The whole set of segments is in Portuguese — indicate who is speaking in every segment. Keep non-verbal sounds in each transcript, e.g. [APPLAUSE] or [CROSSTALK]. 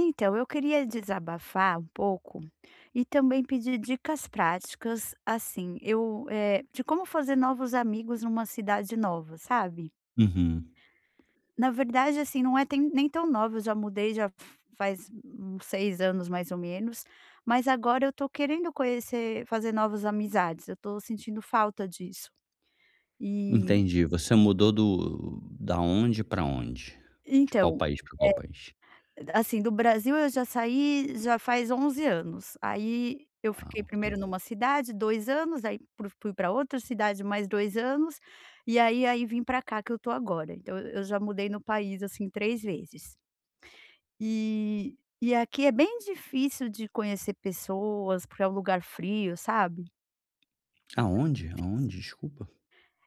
Speaker 1: Então, eu queria desabafar um pouco e também pedir dicas práticas, assim, de como fazer novos amigos numa cidade nova, sabe?
Speaker 2: Uhum,
Speaker 1: Na verdade, assim, nem tão nova, eu já mudei já faz uns seis anos mais ou menos, mas agora eu tô querendo conhecer, fazer novas amizades, eu tô sentindo falta disso. E
Speaker 2: entendi. Você mudou do da onde pra onde? De qual
Speaker 1: então,
Speaker 2: país pra qual país?
Speaker 1: Assim, do Brasil eu já saí já faz 11 anos. Aí eu
Speaker 2: Ah,
Speaker 1: fiquei
Speaker 2: ok.
Speaker 1: primeiro numa cidade, 2 anos, aí pro fui pra outra cidade mais 2 anos, e aí vim para cá que eu tô agora. Então eu já mudei no país, assim, 3 vezes. E aqui é bem difícil de conhecer pessoas, porque é um lugar frio, sabe.
Speaker 2: Aonde?
Speaker 1: Difícil.
Speaker 2: Aonde? Desculpa.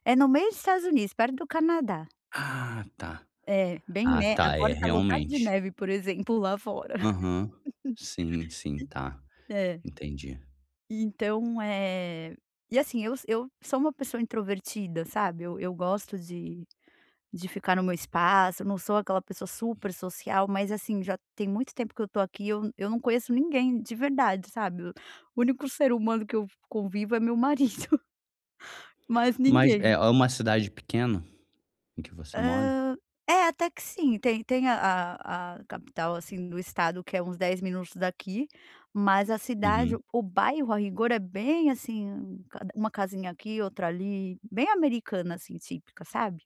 Speaker 1: É no meio dos Estados Unidos, perto do Canadá.
Speaker 2: Ah, tá.
Speaker 1: É, bem
Speaker 2: Ah,
Speaker 1: né
Speaker 2: tá, é,
Speaker 1: agora tá lotado de
Speaker 2: realmente.
Speaker 1: neve, por exemplo, lá fora. [LAUGHS]
Speaker 2: Aham. Sim, sim, tá,
Speaker 1: É.
Speaker 2: entendi.
Speaker 1: E Então, é e assim, eu sou uma pessoa introvertida, sabe, eu gosto de ficar no meu espaço, eu não sou aquela pessoa super social, mas assim, já tem muito tempo que eu tô aqui, eu não conheço ninguém de verdade, sabe. O único ser humano que eu convivo é meu marido, [LAUGHS] mas
Speaker 2: Mas é
Speaker 1: ninguém.
Speaker 2: é uma cidade pequena em que você mora?
Speaker 1: Hã, é, até que sim, tem tem a capital, assim, do estado que é uns 10 minutos daqui, mas a cidade,
Speaker 2: Uhum.
Speaker 1: o bairro, a rigor, é bem assim, cada uma casinha aqui, outra ali, bem americana, assim, típica, sabe?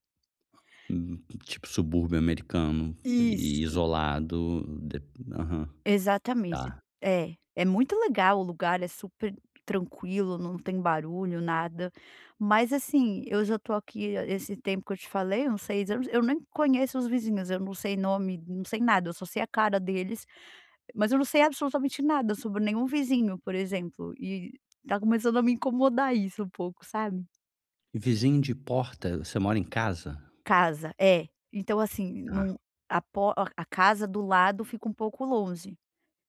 Speaker 2: Hum, tipo subúrbio americano e
Speaker 1: Isso.
Speaker 2: isolado, de aham,
Speaker 1: Exatamente.
Speaker 2: tá.
Speaker 1: É, é muito legal o lugar, é super tranquilo, não tem barulho, nada, mas assim, eu já tô aqui esse tempo que eu te falei, uns 6 anos, eu nem conheço os vizinhos, eu não sei nome, não sei nada, eu só sei a cara deles. Mas eu não sei absolutamente nada sobre nenhum vizinho, por exemplo, e tá começando a me incomodar isso um pouco, sabe.
Speaker 2: E vizinho de porta, você mora em casa?
Speaker 1: Casa, é. Então assim, não a casa do lado fica um pouco longe,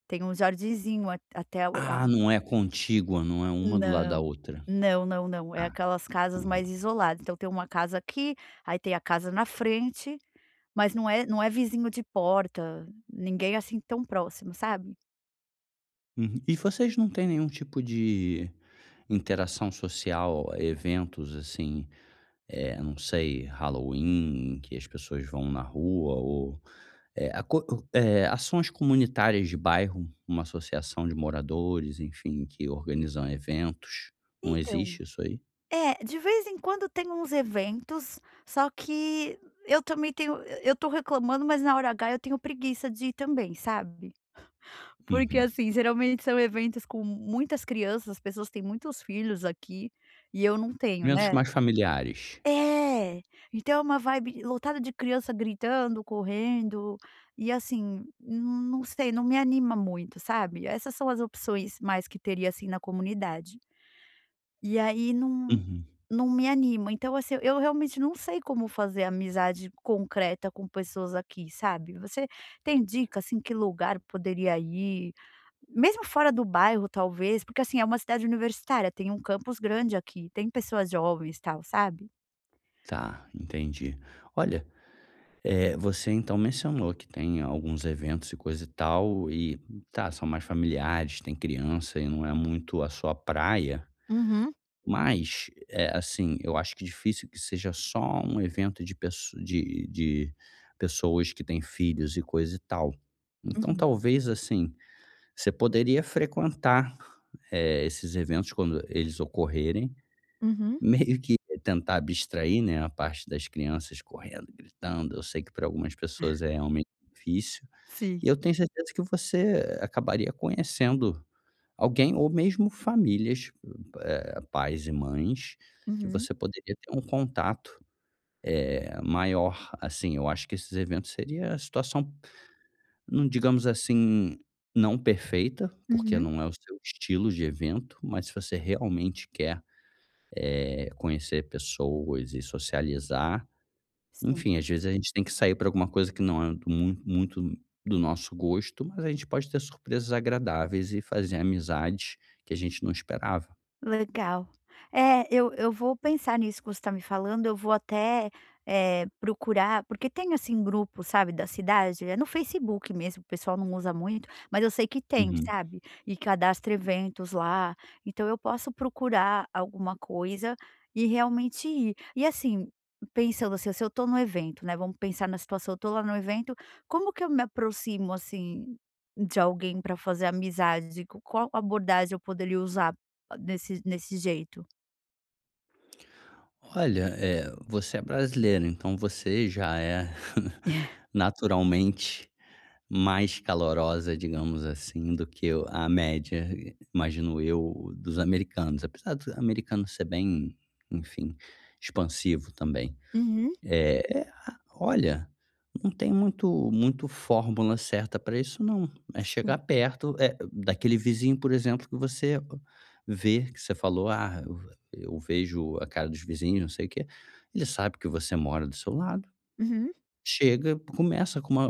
Speaker 1: tem um jardinzinho a até o
Speaker 2: Ah, não é contígua, não é uma do lado da
Speaker 1: não,
Speaker 2: outra.
Speaker 1: não, não, não, é
Speaker 2: Tá.
Speaker 1: aquelas casas
Speaker 2: Uhum.
Speaker 1: mais isoladas, então tem uma casa aqui, aí tem a casa na frente, mas não é vizinho de porta, ninguém assim tão próximo, sabe.
Speaker 2: Uhum. E vocês não têm nenhum tipo de interação social, eventos assim, não sei, Halloween, que as pessoas vão na rua ou, eh, a co ações comunitárias de bairro, uma associação de moradores, enfim, que organizam eventos. Não
Speaker 1: Então
Speaker 2: existe isso aí?
Speaker 1: é, de vez em quando tem uns eventos, só que eu também tenho eu tô reclamando, mas na hora H eu tenho preguiça de ir também, sabe. Porque,
Speaker 2: Uhum.
Speaker 1: assim, geralmente são eventos com muitas crianças, as pessoas têm muitos filhos aqui, e eu não tenho,
Speaker 2: Eventos
Speaker 1: né.
Speaker 2: mais familiares.
Speaker 1: É, então é uma vibe lotada de criança gritando, correndo, e assim, não sei, não me anima muito, sabe. Essas são as opções mais que teria, assim, na comunidade. E aí não
Speaker 2: Uhum.
Speaker 1: não me anima. Então, assim, eu realmente não sei como fazer amizade concreta com pessoas aqui, sabe. Você tem dica, assim, que lugar poderia ir? Mesmo fora do bairro, talvez, porque, assim, é uma cidade universitária, tem um campus grande aqui, tem pessoas jovens, tal, sabe?
Speaker 2: Tá, entendi. Olha, você então mencionou que tem alguns eventos e coisa e tal, e tá, são mais familiares, tem criança e não é muito a sua praia,
Speaker 1: Uhum,
Speaker 2: mas, assim, eu acho que difícil que seja só um evento de pesso de pessoas que têm filhos e coisa e tal. Então
Speaker 1: uhum,
Speaker 2: talvez, assim, você poderia frequentar, esses eventos quando eles ocorrerem,
Speaker 1: uhum.
Speaker 2: meio que tentar abstrair, né, a parte das crianças correndo, gritando, eu sei que para algumas pessoas é realmente difícil,
Speaker 1: Sim.
Speaker 2: e eu tenho certeza que você acabaria conhecendo alguém ou mesmo famílias, pais e mães, que
Speaker 1: Uhum,
Speaker 2: você poderia ter um contato, maior, assim, eu acho que esses eventos seria a situação, não digamos assim, não perfeita, porque
Speaker 1: uhum.
Speaker 2: não é o seu estilo de evento, mas se você realmente quer, conhecer pessoas e socializar,
Speaker 1: Sim.
Speaker 2: enfim, às vezes a gente tem que sair para alguma coisa que não é do muito do nosso gosto, mas a gente pode ter surpresas agradáveis e fazer amizades que a gente não esperava.
Speaker 1: Legal. É, eu vou pensar nisso que você está me falando, eu vou até, procurar, porque tem, assim, grupo, sabe, da cidade, é no Facebook mesmo, o pessoal não usa muito, mas eu sei que tem,
Speaker 2: Uhum.
Speaker 1: sabe, e cadastra eventos lá, então eu posso procurar alguma coisa e realmente ir. E, assim, pensando, assim, se eu estou no evento, né, vamos pensar na situação, eu estou lá no evento, como que eu me aproximo, assim, de alguém para fazer amizade? Co Qual abordagem eu poderia usar? Desse jeito.
Speaker 2: Olha, você é brasileira, então você já é
Speaker 1: [LAUGHS]
Speaker 2: [LAUGHS] naturalmente mais calorosa, digamos assim, do que o a média, imagino eu, dos americanos, apesar do americano ser bem, enfim, expansivo também.
Speaker 1: Uhum.
Speaker 2: É, é, olha, não tem muito fórmula certa para isso não. É chegar
Speaker 1: Sim.
Speaker 2: perto, é daquele vizinho, por exemplo, que você vê, que você falou: "Ah, eu vejo a cara dos vizinhos, não sei o quê". Ele sabe que você mora do seu lado,
Speaker 1: Uhum.
Speaker 2: chega, começa com uma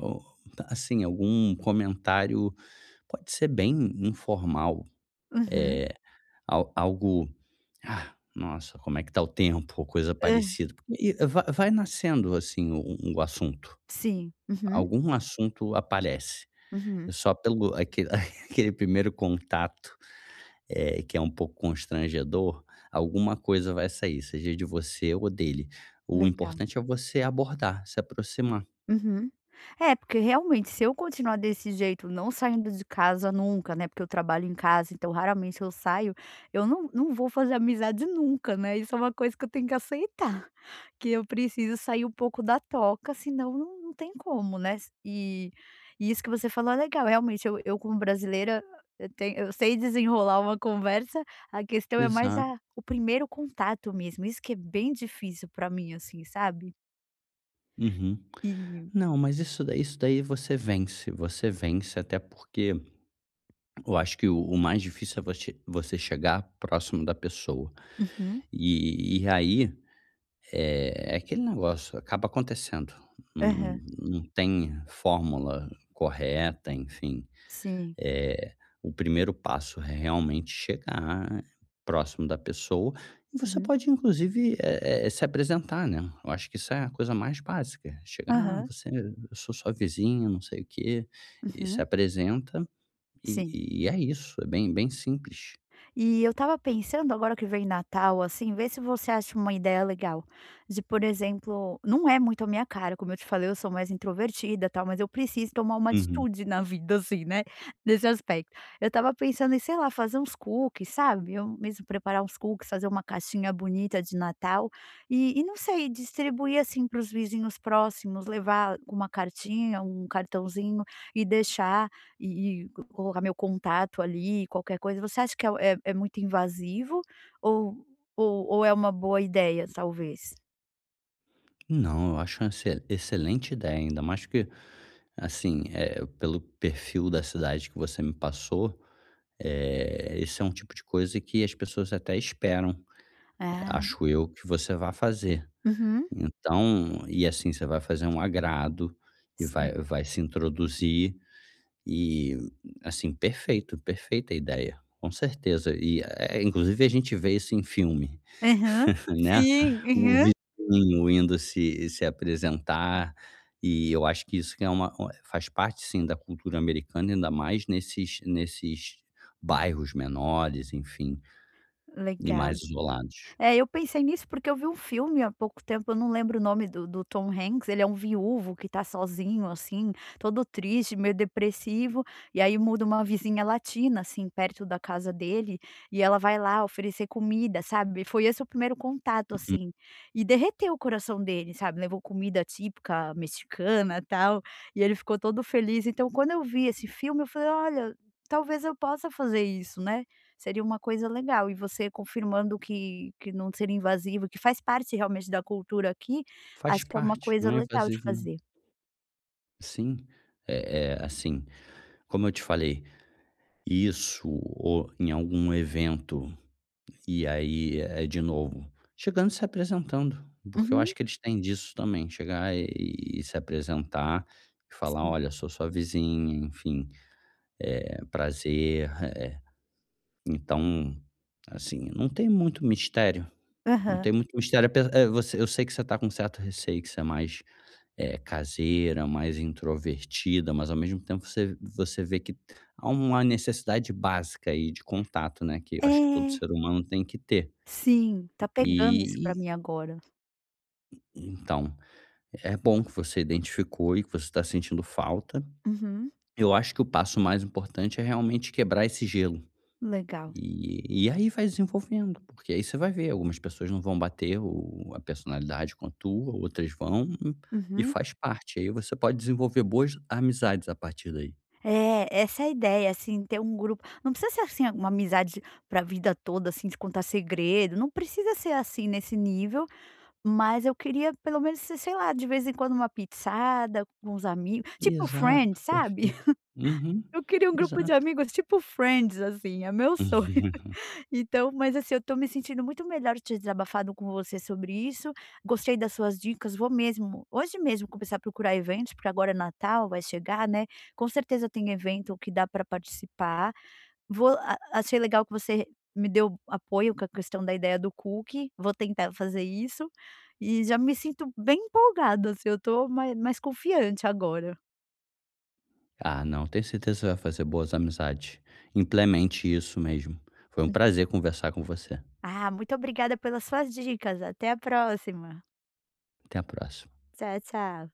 Speaker 2: assim, algum comentário, pode ser bem informal,
Speaker 1: Uhum.
Speaker 2: eh Al algo: "Ah, nossa, como é que tá o tempo?" Ou coisa
Speaker 1: Hã.
Speaker 2: parecida. E va vai nascendo, assim, o assunto.
Speaker 1: Sim. Uhum.
Speaker 2: Algum assunto aparece. É
Speaker 1: Uhum.
Speaker 2: só pelo aquele [LAUGHS] aquele primeiro contato, que é um pouco constrangedor, alguma coisa vai sair, seja de você ou dele. O
Speaker 1: Legal.
Speaker 2: importante é você abordar, se aproximar.
Speaker 1: Uhum. É, porque realmente se eu continuar desse jeito, não saindo de casa nunca, né, porque eu trabalho em casa, então raramente eu saio, eu não vou fazer amizade nunca, né, isso é uma coisa que eu tenho que aceitar. Que eu preciso sair um pouco da toca, senão não tem como, né. E e isso que você falou é legal, realmente eu como brasileira, eu sei desenrolar uma conversa, a questão é mais
Speaker 2: Exato.
Speaker 1: a o primeiro contato mesmo, isso que é bem difícil pra mim, assim, sabe.
Speaker 2: Uhum.
Speaker 1: E
Speaker 2: Não, mas isso daí você vence, até porque eu acho que o mais difícil é você chegar próximo da pessoa.
Speaker 1: uhum,
Speaker 2: E aí, é aquele negócio, acaba acontecendo. Não
Speaker 1: aham,
Speaker 2: não tem fórmula correta, enfim.
Speaker 1: sim,
Speaker 2: É o primeiro passo é realmente chegar próximo da pessoa e você
Speaker 1: uhum,
Speaker 2: pode inclusive, se apresentar, né. Eu acho que isso é a coisa mais básica, chegar: "Ah,
Speaker 1: aham,
Speaker 2: você eu sou sua vizinha, não sei o quê", e se
Speaker 1: uhum,
Speaker 2: apresenta. E
Speaker 1: sim.
Speaker 2: e é isso, é bem simples.
Speaker 1: E eu estava pensando agora que vem Natal, assim, vê se você acha uma ideia legal, de por exemplo, não é muito a minha cara, como eu te falei, eu sou mais introvertida, tal, mas eu preciso tomar uma
Speaker 2: Uhum.
Speaker 1: atitude na vida, assim, né, nesse aspecto. Eu estava pensando em, sei lá, fazer uns cookies, sabe, eu mesmo preparar uns cookies, fazer uma caixinha bonita de Natal e não sei, distribuir, assim, para os vizinhos próximos, levar uma cartinha, um cartãozinho e deixar e colocar meu contato ali, qualquer coisa, você acha que é muito invasivo ou ou é uma boa ideia, talvez?
Speaker 2: Não, eu acho uma excelente ideia, ainda mais que, assim, pelo perfil da cidade que você me passou, esse é um tipo de coisa que as pessoas até esperam, é,
Speaker 1: Ah,
Speaker 2: acho eu, que você vá fazer.
Speaker 1: uhum,
Speaker 2: Então e assim, você vai fazer um agrado e
Speaker 1: sim.
Speaker 2: vai se introduzir e, assim, perfeito, perfeita ideia, com certeza. E, inclusive a gente vê isso em filme.
Speaker 1: Aham.
Speaker 2: Né,
Speaker 1: Sim,
Speaker 2: o
Speaker 1: aham.
Speaker 2: vizinho indo se apresentar, e eu acho que isso que é uma faz parte sim da cultura americana, ainda mais nesses bairros menores, enfim, e
Speaker 1: Legal.
Speaker 2: mais isolados.
Speaker 1: É, eu pensei nisso porque eu vi um filme há pouco tempo, eu não lembro o nome do Tom Hanks, ele é um viúvo que tá sozinho, assim, todo triste, meio depressivo, e aí muda uma vizinha latina, assim, perto da casa dele, e ela vai lá oferecer comida, sabe. Foi esse o primeiro contato,
Speaker 2: Uhum.
Speaker 1: assim, e derreteu o coração dele, sabe, levou comida típica mexicana, tal, e ele ficou todo feliz. Então, quando eu vi esse filme, eu falei: "Olha, talvez eu possa fazer isso, né". Seria uma coisa legal e você confirmando que não seria invasivo, que faz parte realmente da cultura aqui,
Speaker 2: Faz
Speaker 1: acho que é uma
Speaker 2: parte, não
Speaker 1: coisa
Speaker 2: é
Speaker 1: legal de
Speaker 2: invasivo não.
Speaker 1: fazer.
Speaker 2: Sim, é assim, como eu te falei, isso ou em algum evento. E aí, é de novo, chegando e se apresentando, porque eu
Speaker 1: Uhum,
Speaker 2: acho que eles têm disso também, chegar e se apresentar e falar:
Speaker 1: sim.
Speaker 2: "Olha, sou sua vizinha, enfim, prazer". [LAUGHS] Então, assim, não tem muito mistério, não
Speaker 1: Aham.
Speaker 2: tem muito mistério, você eu sei que você tá com certo receio, que você é mais, caseira, mais introvertida, mas ao mesmo tempo você vê que há uma necessidade básica aí de contato, né, que eu acho que todo
Speaker 1: É,
Speaker 2: ser humano tem que ter.
Speaker 1: sim, tá pegando isso
Speaker 2: E
Speaker 1: pra mim agora.
Speaker 2: então é bom que você identificou e que você está sentindo falta.
Speaker 1: Uhum,
Speaker 2: Eu acho que o passo mais importante é realmente quebrar esse gelo.
Speaker 1: legal.
Speaker 2: E aí vai desenvolvendo, porque aí você vai ver, algumas pessoas não vão bater a personalidade com a tua, outras vão, e
Speaker 1: Uhum.
Speaker 2: faz parte. Aí você pode desenvolver boas amizades a partir daí.
Speaker 1: É, essa é a ideia, assim, ter um grupo não precisa ser, assim, uma amizade pra vida toda, assim, de contar segredo, não precisa ser, assim, nesse nível, mas eu queria pelo menos ser, sei lá, de vez em quando uma pizzada com os amigos, tipo
Speaker 2: Exato,
Speaker 1: Friends, sabe?
Speaker 2: perfeito. Uhum,
Speaker 1: Eu queria um grupo de
Speaker 2: exato.
Speaker 1: amigos tipo Friends, assim, é meu
Speaker 2: [LAUGHS]
Speaker 1: sonho.
Speaker 2: Uhum.
Speaker 1: [LAUGHS] Então, mas assim, eu tô me sentindo muito melhor de ter desabafado com você sobre isso. Gostei das suas dicas, vou mesmo, hoje mesmo, começar a procurar eventos, porque agora é Natal, vai chegar, né? Com certeza tem evento que dá para participar. Vou a achei legal que você me deu apoio com a questão da ideia do cookie, vou tentar fazer isso, e já me sinto bem empolgada, assim, eu tô mais confiante agora.
Speaker 2: Ah, não, tenho certeza que você vai fazer boas amizades. Implemente isso mesmo. Foi um prazer conversar com você.
Speaker 1: Ah, muito obrigada pelas suas dicas. Até a próxima.
Speaker 2: Até a próxima.
Speaker 1: Tchau, tchau.